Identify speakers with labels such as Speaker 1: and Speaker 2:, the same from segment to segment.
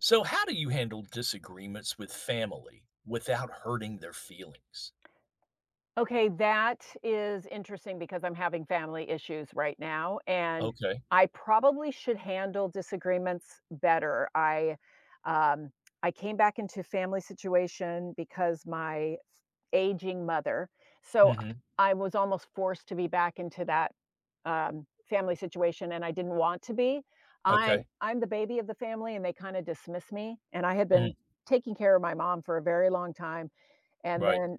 Speaker 1: So, how do you handle disagreements with family without hurting their feelings?
Speaker 2: Okay, that is interesting because I'm having family issues right now, and
Speaker 1: Okay.
Speaker 2: I probably should handle disagreements better. Um, I came back into family situation because my aging mother, so
Speaker 1: Mhm.
Speaker 2: I was almost forced to be back into that family situation, and I didn't want to be. I'm
Speaker 1: Okay.
Speaker 2: I'm the baby of the family, and they kind of dismiss me. And I had
Speaker 1: Mm,
Speaker 2: been taking care of my mom for a very long time and
Speaker 1: right.
Speaker 2: then,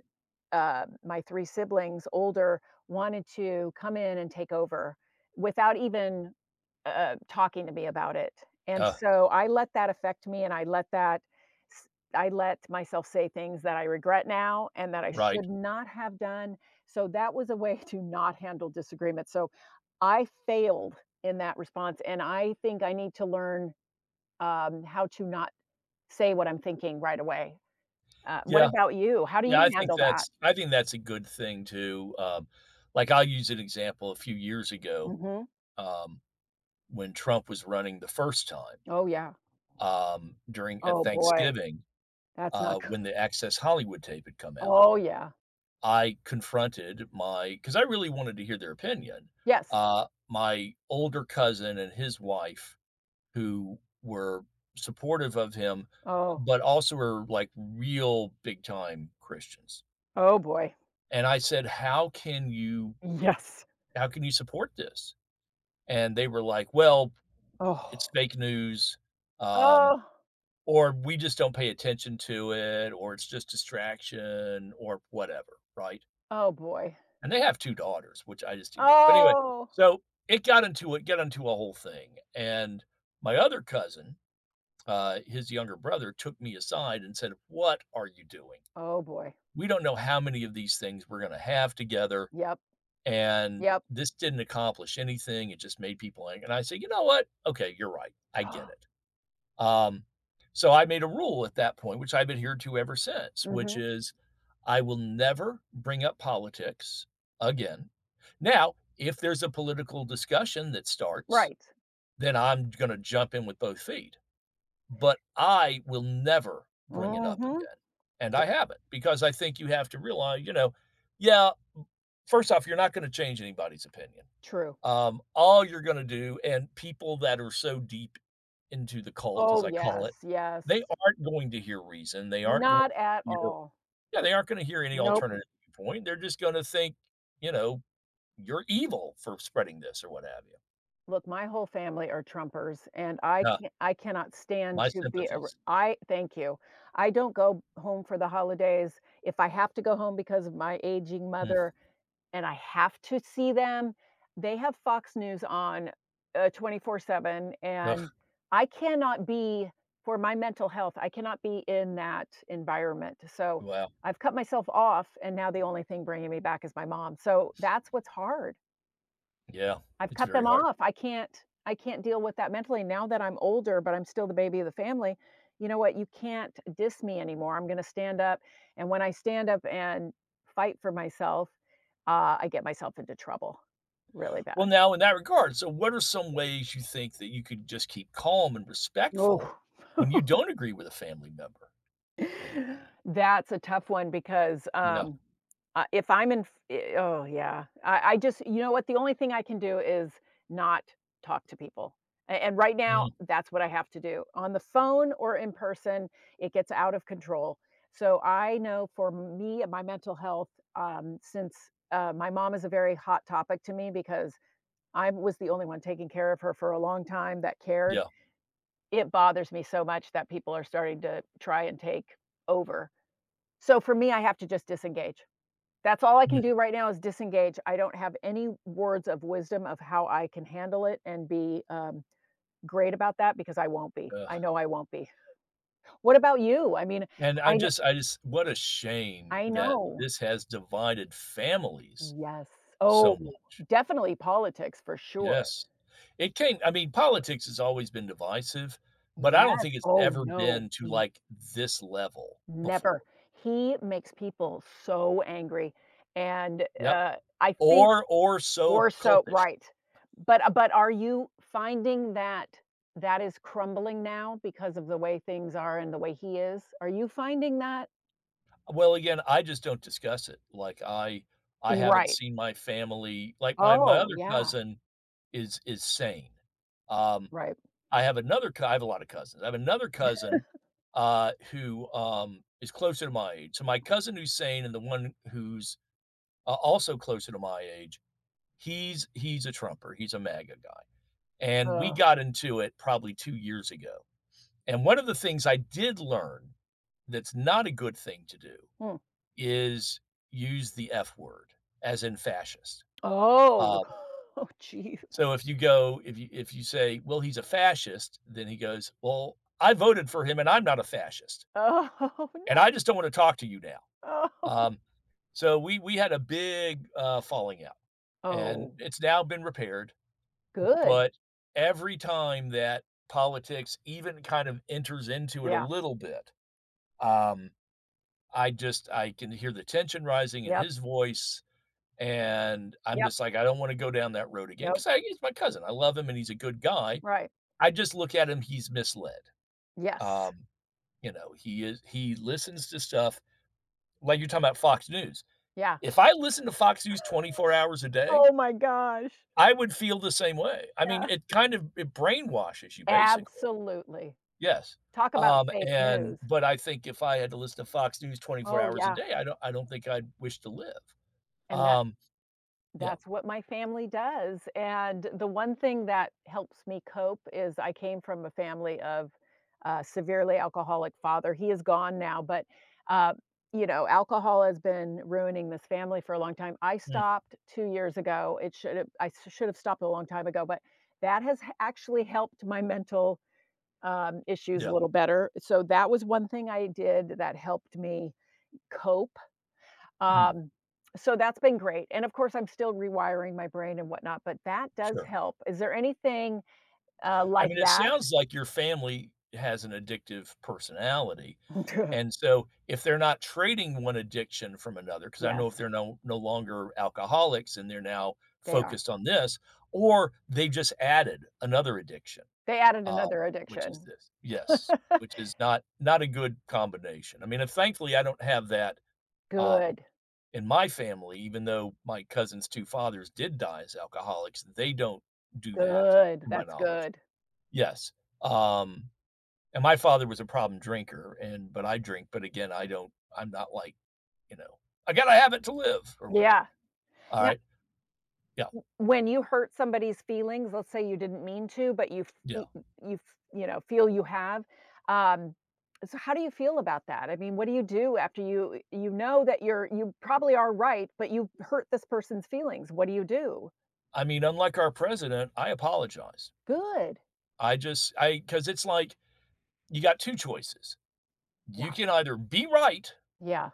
Speaker 2: my 3 siblings, older, wanted to come in and take over without even, talking to me about it. And
Speaker 1: Uh,
Speaker 2: so I let that affect me and I let that s I let myself say things that I regret now and that I
Speaker 1: right.
Speaker 2: should not have done. So that was a way to not handle disagreement. So I failed in that response, and I think I need to learn, how to not say what I'm thinking right away. What
Speaker 1: Yeah.
Speaker 2: about you? How do
Speaker 1: Yeah,
Speaker 2: you
Speaker 1: I think
Speaker 2: handle that?
Speaker 1: that's a good thing too. Like I'll use an example a few years ago,
Speaker 2: Mhm.
Speaker 1: um, when Trump was running the first time,
Speaker 2: Oh, yeah.
Speaker 1: during at
Speaker 2: Oh, boy.
Speaker 1: Thanksgiving,
Speaker 2: That's not good.
Speaker 1: when the Access Hollywood tape had come out.
Speaker 2: Oh, yeah.
Speaker 1: I confronted my because I really wanted to hear their opinion.
Speaker 2: Yes.
Speaker 1: My older cousin and his wife, who were supportive of him,
Speaker 2: Oh.
Speaker 1: but also were like real big time Christians.
Speaker 2: Oh, boy.
Speaker 1: And I said,
Speaker 2: Yes.
Speaker 1: how can you support this?" And they were like, "Well, it's
Speaker 2: Oh.
Speaker 1: fake news, um,
Speaker 2: Oh.
Speaker 1: or we just don't pay attention to it, or it's just distraction, or whatever." Right.
Speaker 2: Oh, boy.
Speaker 1: And they have 2 daughters, which I just didn't get. But anyway,
Speaker 2: Oh.
Speaker 1: so it got into a whole thing, and my other cousin, his younger brother took me aside and said, "What are you doing?
Speaker 2: Oh, boy.
Speaker 1: We don't know how many of these things we're gonna have together,
Speaker 2: Yep.
Speaker 1: and
Speaker 2: Yep.
Speaker 1: this didn't accomplish anything, it just made people angry." And I said, "You know what? Okay, you're right. I get it." Um, so I made a rule at that point, which I've adhered to ever since, which
Speaker 2: Mhm.
Speaker 1: is I will never bring up politics again. Now, if there's a political discussion that starts,
Speaker 2: Right.
Speaker 1: then I'm going to jump in with both feet. But I will never bring it up
Speaker 2: Mhm.
Speaker 1: again. And I haven't because I think you have to realize, yeah, first off, you're not going to change anybody's opinion.
Speaker 2: True.
Speaker 1: All you're gonna do and people that are so deep into the cult, as
Speaker 2: Oh,
Speaker 1: I call
Speaker 2: yes,
Speaker 1: it,
Speaker 2: yes.
Speaker 1: they aren't going to hear reason, they aren't going
Speaker 2: Not at
Speaker 1: to hear
Speaker 2: all.
Speaker 1: yeah, they aren't gonna hear any
Speaker 2: Nope.
Speaker 1: alternative viewpoint, they're just gonna think, you know, "You're evil for spreading this," or what have you.
Speaker 2: Look, my whole family are Trumpers, and I
Speaker 1: Yeah,
Speaker 2: can't I cannot stand
Speaker 1: my
Speaker 2: to be ar
Speaker 1: sympathies.
Speaker 2: I thank you. I don't go home for the holidays. If I have to go home because of my aging
Speaker 1: Mm,
Speaker 2: mother and I have to see them, they have Fox News on, 24/7,
Speaker 1: ugh,
Speaker 2: and I cannot be for my mental health, I cannot be in that environment, so
Speaker 1: wow,
Speaker 2: I've cut myself off, and now the only thing bringing me back is my mom, so that's what's hard.
Speaker 1: yeah,
Speaker 2: I've
Speaker 1: it's
Speaker 2: cut
Speaker 1: very
Speaker 2: them
Speaker 1: hard.
Speaker 2: off. I can't deal with that mentally now that I'm older, but I'm still the baby of the family. You know what? You can't diss me anymore. I'm going to stand up, and when I stand up and fight for myself, I get myself into trouble really
Speaker 1: Well,
Speaker 2: bad.
Speaker 1: now in that regard, so what are some ways you think that you could just keep calm and respectful
Speaker 2: Oh.
Speaker 1: when you don't agree with a family member?
Speaker 2: That's a tough one because,
Speaker 1: Yeah,
Speaker 2: if I'm in f eh oh, yeah. I just you know what? The only thing I can do is not talk to people, a and right now,
Speaker 1: mm,
Speaker 2: that's what I have to do. On the phone or in person, it gets out of control. So, I know for me and my mental health, since, my mom is a very hot topic to me because I was the only one taking care of her for a long time that cared.
Speaker 1: yeah,
Speaker 2: It bothers me so much that people are starting to try and take over. So, for me, I have to just disengage. That's all I can
Speaker 1: mm,
Speaker 2: do right now is disengage. I don't have any words of wisdom of how I can handle it and be, great about that because I won't be. I
Speaker 1: ugh.
Speaker 2: know I won't be. What about you? I mean,
Speaker 1: And
Speaker 2: I kn
Speaker 1: I just what a shame
Speaker 2: I
Speaker 1: that
Speaker 2: know.
Speaker 1: this has divided families
Speaker 2: Yes. Oh,
Speaker 1: so much.
Speaker 2: definitely politics for sure.
Speaker 1: Yes. It came I mean, politics has always been divisive, but I don't
Speaker 2: Yes.
Speaker 1: think it's
Speaker 2: Oh,
Speaker 1: ever
Speaker 2: no.
Speaker 1: been to,
Speaker 2: N
Speaker 1: like, this level
Speaker 2: never.
Speaker 1: before.
Speaker 2: He makes people so angry, and,
Speaker 1: Yep.
Speaker 2: I think
Speaker 1: Or so
Speaker 2: Or so
Speaker 1: cultish.
Speaker 2: right. But are you finding that that is crumbling now because of the way things are and the way he is? Are you finding that?
Speaker 1: Well, again, I just don't discuss it. Like, I haven't
Speaker 2: Right.
Speaker 1: seen my family like, my
Speaker 2: Oh,
Speaker 1: other
Speaker 2: yeah,
Speaker 1: cousin is sane. Um,
Speaker 2: right.
Speaker 1: I have another cou I have a lot of cousins. I have another cousin, who, is closer to my age. So my cousin Hussein and the one who's, also closer to my age, he's a Trumper, he's a MAGA guy, and we
Speaker 2: Ugh,
Speaker 1: got into it probably 2 years ago. And one of the things I did learn that's not a good thing to do
Speaker 2: hmm.
Speaker 1: is use the F word, as in fascist.
Speaker 2: Oh,
Speaker 1: Um.
Speaker 2: oh, jeez.
Speaker 1: So if you go if you say, "Well, he's a fascist," then he goes, "Well, I voted for him and I'm not a fascist,
Speaker 2: Oh,
Speaker 1: and
Speaker 2: no.
Speaker 1: I just don't wanna talk to you now."
Speaker 2: Oh,
Speaker 1: Um, so we had a big, falling out, and
Speaker 2: Oh,
Speaker 1: it's now been repaired,
Speaker 2: good.
Speaker 1: but every time that politics even kind of enters into it a
Speaker 2: Yeah.
Speaker 1: little bit, um, I just I can hear the tension rising in
Speaker 2: Yep.
Speaker 1: his voice, and I'm
Speaker 2: Yep.
Speaker 1: just like, "I don't wanna go down that road again
Speaker 2: Nope.
Speaker 1: because he's my cousin, I love him and he's a good guy,
Speaker 2: Right.
Speaker 1: I just look at him, he's misled.
Speaker 2: Yes.
Speaker 1: Um, you know, he is he listens to stuff like you're talking about Fox News.
Speaker 2: Yeah.
Speaker 1: If I listened to Fox News 24 hours a day,
Speaker 2: Oh my gosh.
Speaker 1: I would feel the same way. I mean,
Speaker 2: Yeah.
Speaker 1: it kind of it brainwashes you basically.
Speaker 2: Absolutely.
Speaker 1: Yes.
Speaker 2: Talk about fake
Speaker 1: And
Speaker 2: news.
Speaker 1: but I think if I had to listen to Fox News 24
Speaker 2: Oh,
Speaker 1: hours a
Speaker 2: yeah,
Speaker 1: day, I don't think I'd wish to live.
Speaker 2: and that
Speaker 1: Um, yeah.
Speaker 2: that's what my family does, and the one thing that helps me cope is I came from a family of a severely alcoholic father. He is gone now, but, uh, you know, alcohol has been ruining this family for a long time. I
Speaker 1: Mm,
Speaker 2: stopped 2 years ago. It should have I s- should have stopped a long time ago, but that has h actually helped my mental, issues a
Speaker 1: yeah.
Speaker 2: little better. So that was one thing I did that helped me cope
Speaker 1: Mm,
Speaker 2: um, so that's been great, and of course, I'm still rewiring my brain and whatnot, but that does
Speaker 1: sure.
Speaker 2: help. Is there anything,
Speaker 1: I
Speaker 2: like
Speaker 1: mean, it
Speaker 2: that?
Speaker 1: sounds like your family has an addictive personality. And so if they're not trading one addiction from another, because I know
Speaker 2: Yes,
Speaker 1: if they're no longer alcoholics and they're now
Speaker 2: they are.
Speaker 1: focused on this, or they just added another addiction,
Speaker 2: They added
Speaker 1: um,
Speaker 2: another
Speaker 1: which is
Speaker 2: addiction.
Speaker 1: this. Yes, which is not a good combination. I mean, and thankfully I don't have that, um,
Speaker 2: Good,
Speaker 1: in my family, even though my cousin's 2 fathers did die as alcoholics, they don't do that
Speaker 2: good,
Speaker 1: to my
Speaker 2: that's
Speaker 1: knowledge.
Speaker 2: good.
Speaker 1: Yes, um. And my father was a problem drinker, and but I drink, but again, I don't. I'm not like, you know, I gotta have it to live or whatever.
Speaker 2: Yeah.
Speaker 1: All
Speaker 2: Now
Speaker 1: right, yeah,
Speaker 2: when you hurt somebody's feelings, let's say you didn't mean to, but
Speaker 1: yeah.
Speaker 2: you f you know, feel you have, um, so how do you feel about that? I mean, what do you do after you you know that you probably are right, but you hurt this person's feelings? What do you do?
Speaker 1: I mean, unlike our president, I apologize.
Speaker 2: Good.
Speaker 1: I because it's like you got two choices. You
Speaker 2: Yeah,
Speaker 1: can either be right
Speaker 2: yeah,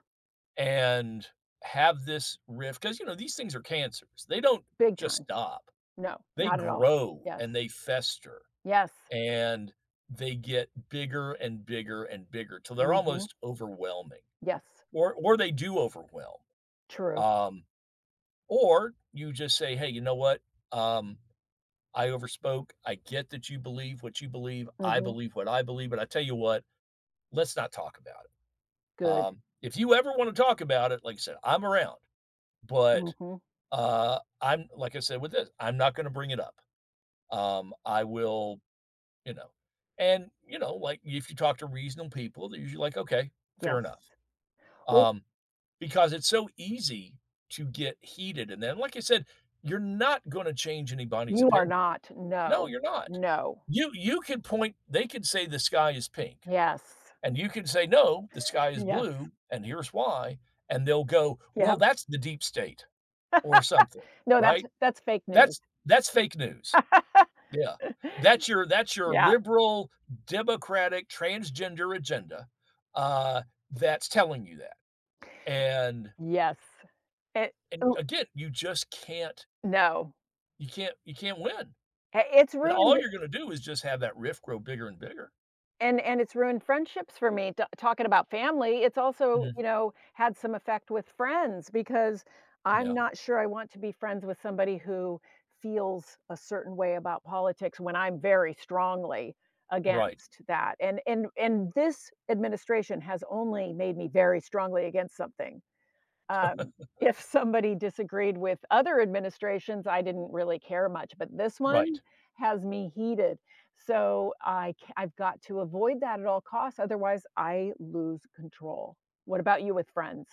Speaker 1: and have this rift because you know these things are cancers. They don't
Speaker 2: big
Speaker 1: just
Speaker 2: time.
Speaker 1: stop.
Speaker 2: No,
Speaker 1: They
Speaker 2: not at all.
Speaker 1: grow
Speaker 2: Yes.
Speaker 1: and they fester
Speaker 2: Yes.
Speaker 1: and they get bigger and bigger till they're
Speaker 2: Mhm.
Speaker 1: almost overwhelming.
Speaker 2: Yes.
Speaker 1: Or they do overwhelm.
Speaker 2: True.
Speaker 1: Um, or you just say, hey, you know what? Um, I overspoke. I get that you believe what you believe. I
Speaker 2: Mhm.
Speaker 1: believe what I believe. But I tell you what, let's not talk about it.
Speaker 2: Good.
Speaker 1: If you ever want to talk about it, like I said, I'm around. But
Speaker 2: Mhm.
Speaker 1: I'm like I said with this, I'm not going to bring it up. I will, you know, and you know, like if you talk to reasonable people, they're usually like, okay, fair
Speaker 2: Yes.
Speaker 1: enough.
Speaker 2: Well,
Speaker 1: Um, because it's so easy to get heated and then like I said, you're not gonna change anybody's
Speaker 2: you are
Speaker 1: opinion.
Speaker 2: not.
Speaker 1: No,
Speaker 2: No.
Speaker 1: you're not.
Speaker 2: No.
Speaker 1: You could point they could say the sky is pink,
Speaker 2: Yes.
Speaker 1: and you could say, "No, the sky is
Speaker 2: Yes.
Speaker 1: blue, and here's why," and they'll go,
Speaker 2: Yeah,
Speaker 1: "Well, that's the deep state," or something,
Speaker 2: no,
Speaker 1: right?
Speaker 2: that's fake news.
Speaker 1: That's fake news. Yeah. That's your
Speaker 2: Yeah.
Speaker 1: liberal, democratic, transgender agenda, uh, that's telling you that, and.
Speaker 2: Yes. It
Speaker 1: And
Speaker 2: l
Speaker 1: again, you just can't
Speaker 2: no.
Speaker 1: you can't win,
Speaker 2: I it's
Speaker 1: and
Speaker 2: ruined
Speaker 1: all you're gonna do is just have that rift grow bigger and bigger.
Speaker 2: and it's ruined friendships for me, t talking about family, it's also,
Speaker 1: Mhm.
Speaker 2: you know, had some effect with friends because I'm
Speaker 1: Yeah.
Speaker 2: not sure I want to be friends with somebody who feels a certain way about politics when I'm very strongly
Speaker 1: Right,
Speaker 2: against that, and this administration has only made me very strongly against something. Um, if somebody disagreed with other administrations, I didn't really care much, but this one
Speaker 1: right.
Speaker 2: has me heated. So I've got to avoid that at all costs, otherwise I lose control. What about you with friends?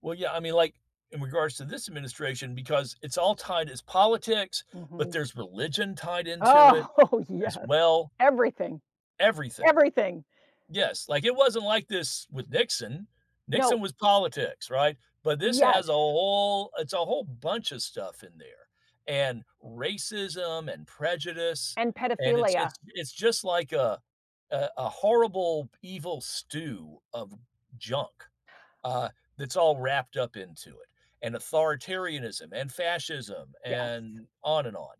Speaker 1: Well, yeah, I mean, like, in regards to this administration, because it's all tied as politics, but
Speaker 2: Mhm.
Speaker 1: there's religion tied into it
Speaker 2: Oh,
Speaker 1: as
Speaker 2: yes.
Speaker 1: well,
Speaker 2: Everything,
Speaker 1: everything.
Speaker 2: everything.
Speaker 1: Yes, like, it wasn't like this with Nixon.
Speaker 2: No,
Speaker 1: Nixon was politics, right? But this
Speaker 2: yes,
Speaker 1: has a whole it's a whole bunch of stuff in there, and racism and prejudice,
Speaker 2: and
Speaker 1: and it's
Speaker 2: pedophilia,
Speaker 1: just like a a horrible evil stew of junk, uh, that's all wrapped up into it, and authoritarianism and fascism
Speaker 2: yes.
Speaker 1: and on and on.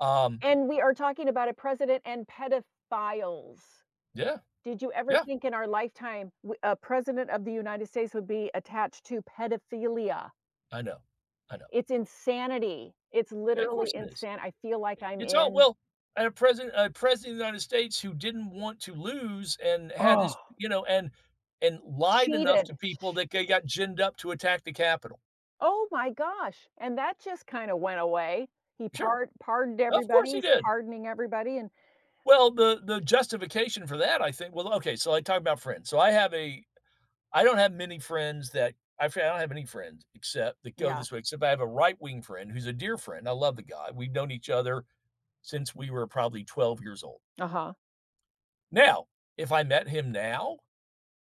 Speaker 1: Um,
Speaker 2: And we are talking about a president and pedophiles.
Speaker 1: yeah,
Speaker 2: Did you ever
Speaker 1: yeah,
Speaker 2: think in our lifetime w a president of the United States would be attached to pedophilia?
Speaker 1: I know, I know.
Speaker 2: It's insanity. It's
Speaker 1: Of course
Speaker 2: literally
Speaker 1: it is.
Speaker 2: insane. I feel like I'm
Speaker 1: It's all
Speaker 2: in
Speaker 1: well, and a president of the United States who didn't want to lose and had
Speaker 2: Oh.
Speaker 1: his you know, and lied enough to
Speaker 2: Cheated.
Speaker 1: people that they got ginned up to attack the Capitol.
Speaker 2: Oh my gosh, and that just kinda went away. He
Speaker 1: Sure,
Speaker 2: pard pardoned
Speaker 1: of
Speaker 2: everybody,
Speaker 1: course he
Speaker 2: he's
Speaker 1: did.
Speaker 2: pardoning everybody and
Speaker 1: Well, the justification for that, I think well, okay, so I talk about friends. So I have a I don't have many friends that I f I don't have any friends except that go
Speaker 2: yeah,
Speaker 1: this way, except I have a right-wing friend who's a dear friend. I love the guy. We've known each other since we were probably 12 years old.
Speaker 2: uh-huh,
Speaker 1: Now, if I met him now.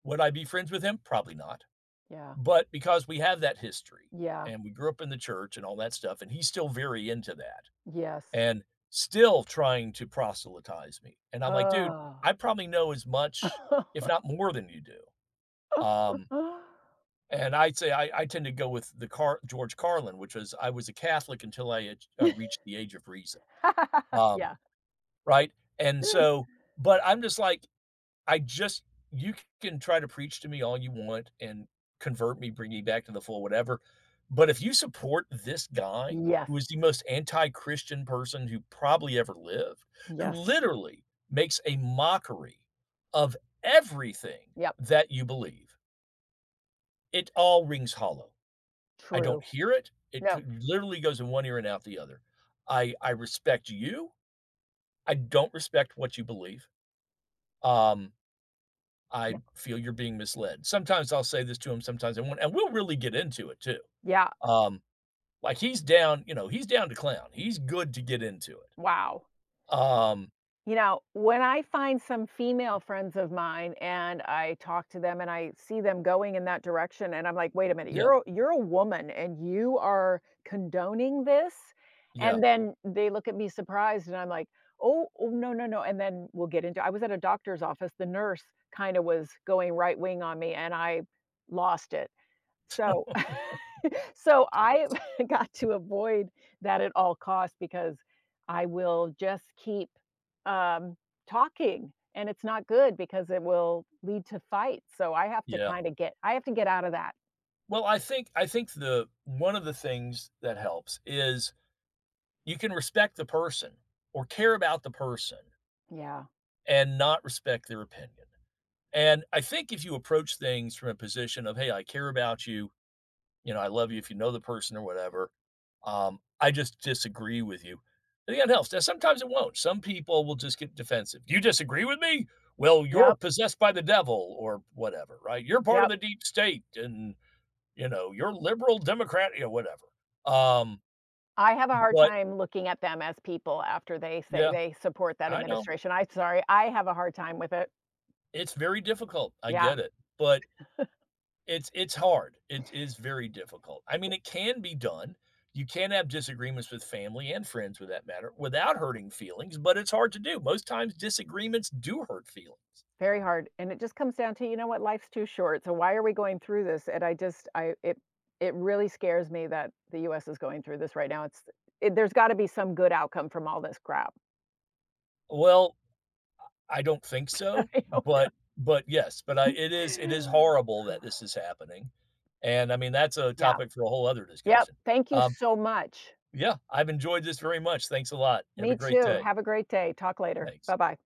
Speaker 1: Would I be friends with him? Probably not.
Speaker 2: yeah,
Speaker 1: But because we have that history
Speaker 2: yeah,
Speaker 1: and we grew up in the church and all that stuff, and he's still very into that
Speaker 2: yes.
Speaker 1: and still trying to proselytize me. And I'm like, dude,
Speaker 2: Oh.
Speaker 1: I probably know as much, if not more than you do. Um, and I'd say I tend to go with the George Carlin, which was I was a Catholic until I had, reached the age of reason. Um,
Speaker 2: Yeah.
Speaker 1: right. And so, but I'm just like, I just you can try to preach to me all you want and convert me, bring me back to the full whatever, but if you support this guy
Speaker 2: Yes,
Speaker 1: who is the most anti-Christian person who probably ever lived, who
Speaker 2: yes,
Speaker 1: literally makes a mockery of everything
Speaker 2: yep,
Speaker 1: that you believe, it all rings hollow. I don't
Speaker 2: true.
Speaker 1: hear it. It
Speaker 2: No.
Speaker 1: could literally goes in one ear and out the other. I respect you. I don't respect what you believe. Um, I
Speaker 2: No.
Speaker 1: feel you're being misled. Sometimes I'll say this to him, sometimes I won't, and we'll really get into it too.
Speaker 2: Yeah.
Speaker 1: Um, like he's down, he's down to clown. He's good to get into it.
Speaker 2: Wow.
Speaker 1: Um,
Speaker 2: You know, when I find some female friends of mine and I talk to them and I see them going in that direction and I'm like, "Wait a minute,
Speaker 1: yeah,
Speaker 2: you're a woman and you are condoning this?"
Speaker 1: yeah,
Speaker 2: And then they look at me surprised and I'm like, "Oh, oh, no, no, no." And then we'll get into I was at a doctor's office, the nurse kinda was going right wing on me and I lost it. So so I got to avoid that at all costs because I will just keep, um, talking, and it's not good because it will lead to fights, so I have to
Speaker 1: yeah.
Speaker 2: kinda get I have to get out of that.
Speaker 1: Well, I think the one of the things that helps is you can respect the person or care about the person
Speaker 2: Yeah.
Speaker 1: and not respect their opinion. And I think if you approach things from a position of, hey, I care about you, you know, I love you if you know the person or whatever. I just disagree with you. I think that helps. Now, sometimes it won't. Some people will just get defensive. You disagree with me? Well, you're
Speaker 2: Yep,
Speaker 1: possessed by the devil or whatever, right? You're part of
Speaker 2: yep.
Speaker 1: the deep state and, you're liberal, Democrat, whatever. Um,
Speaker 2: I have a hard
Speaker 1: but
Speaker 2: time looking at them as people after they say
Speaker 1: yeah,
Speaker 2: they support that
Speaker 1: I know
Speaker 2: administration. I'm sorry, I have a hard time with it.
Speaker 1: it's very difficult. I
Speaker 2: Yeah.
Speaker 1: get it. But. It's hard. It is very difficult. I mean, it can be done. You can have disagreements with family and friends with that matter without hurting feelings, but it's hard to do. Most times disagreements do hurt feelings.
Speaker 2: Very hard, and it just comes down to, you know what, life's too short, so why are we going through this? And I just I it it really scares me that the US is going through this right now. It's it there's gotta be some good outcome from all this crap.
Speaker 1: Well, I don't think so,
Speaker 2: I hope no
Speaker 1: but yes, but I it is horrible that this is happening. And I mean, that's a
Speaker 2: Yeah.
Speaker 1: topic for a whole other
Speaker 2: Yep.
Speaker 1: discussion.
Speaker 2: Thank you
Speaker 1: Um,
Speaker 2: so much.
Speaker 1: yeah, I've enjoyed this very much. Thanks a lot. Have a
Speaker 2: Me
Speaker 1: great
Speaker 2: too.
Speaker 1: day.
Speaker 2: Have a great day. Talk later.
Speaker 1: Thanks.
Speaker 2: Bye-bye.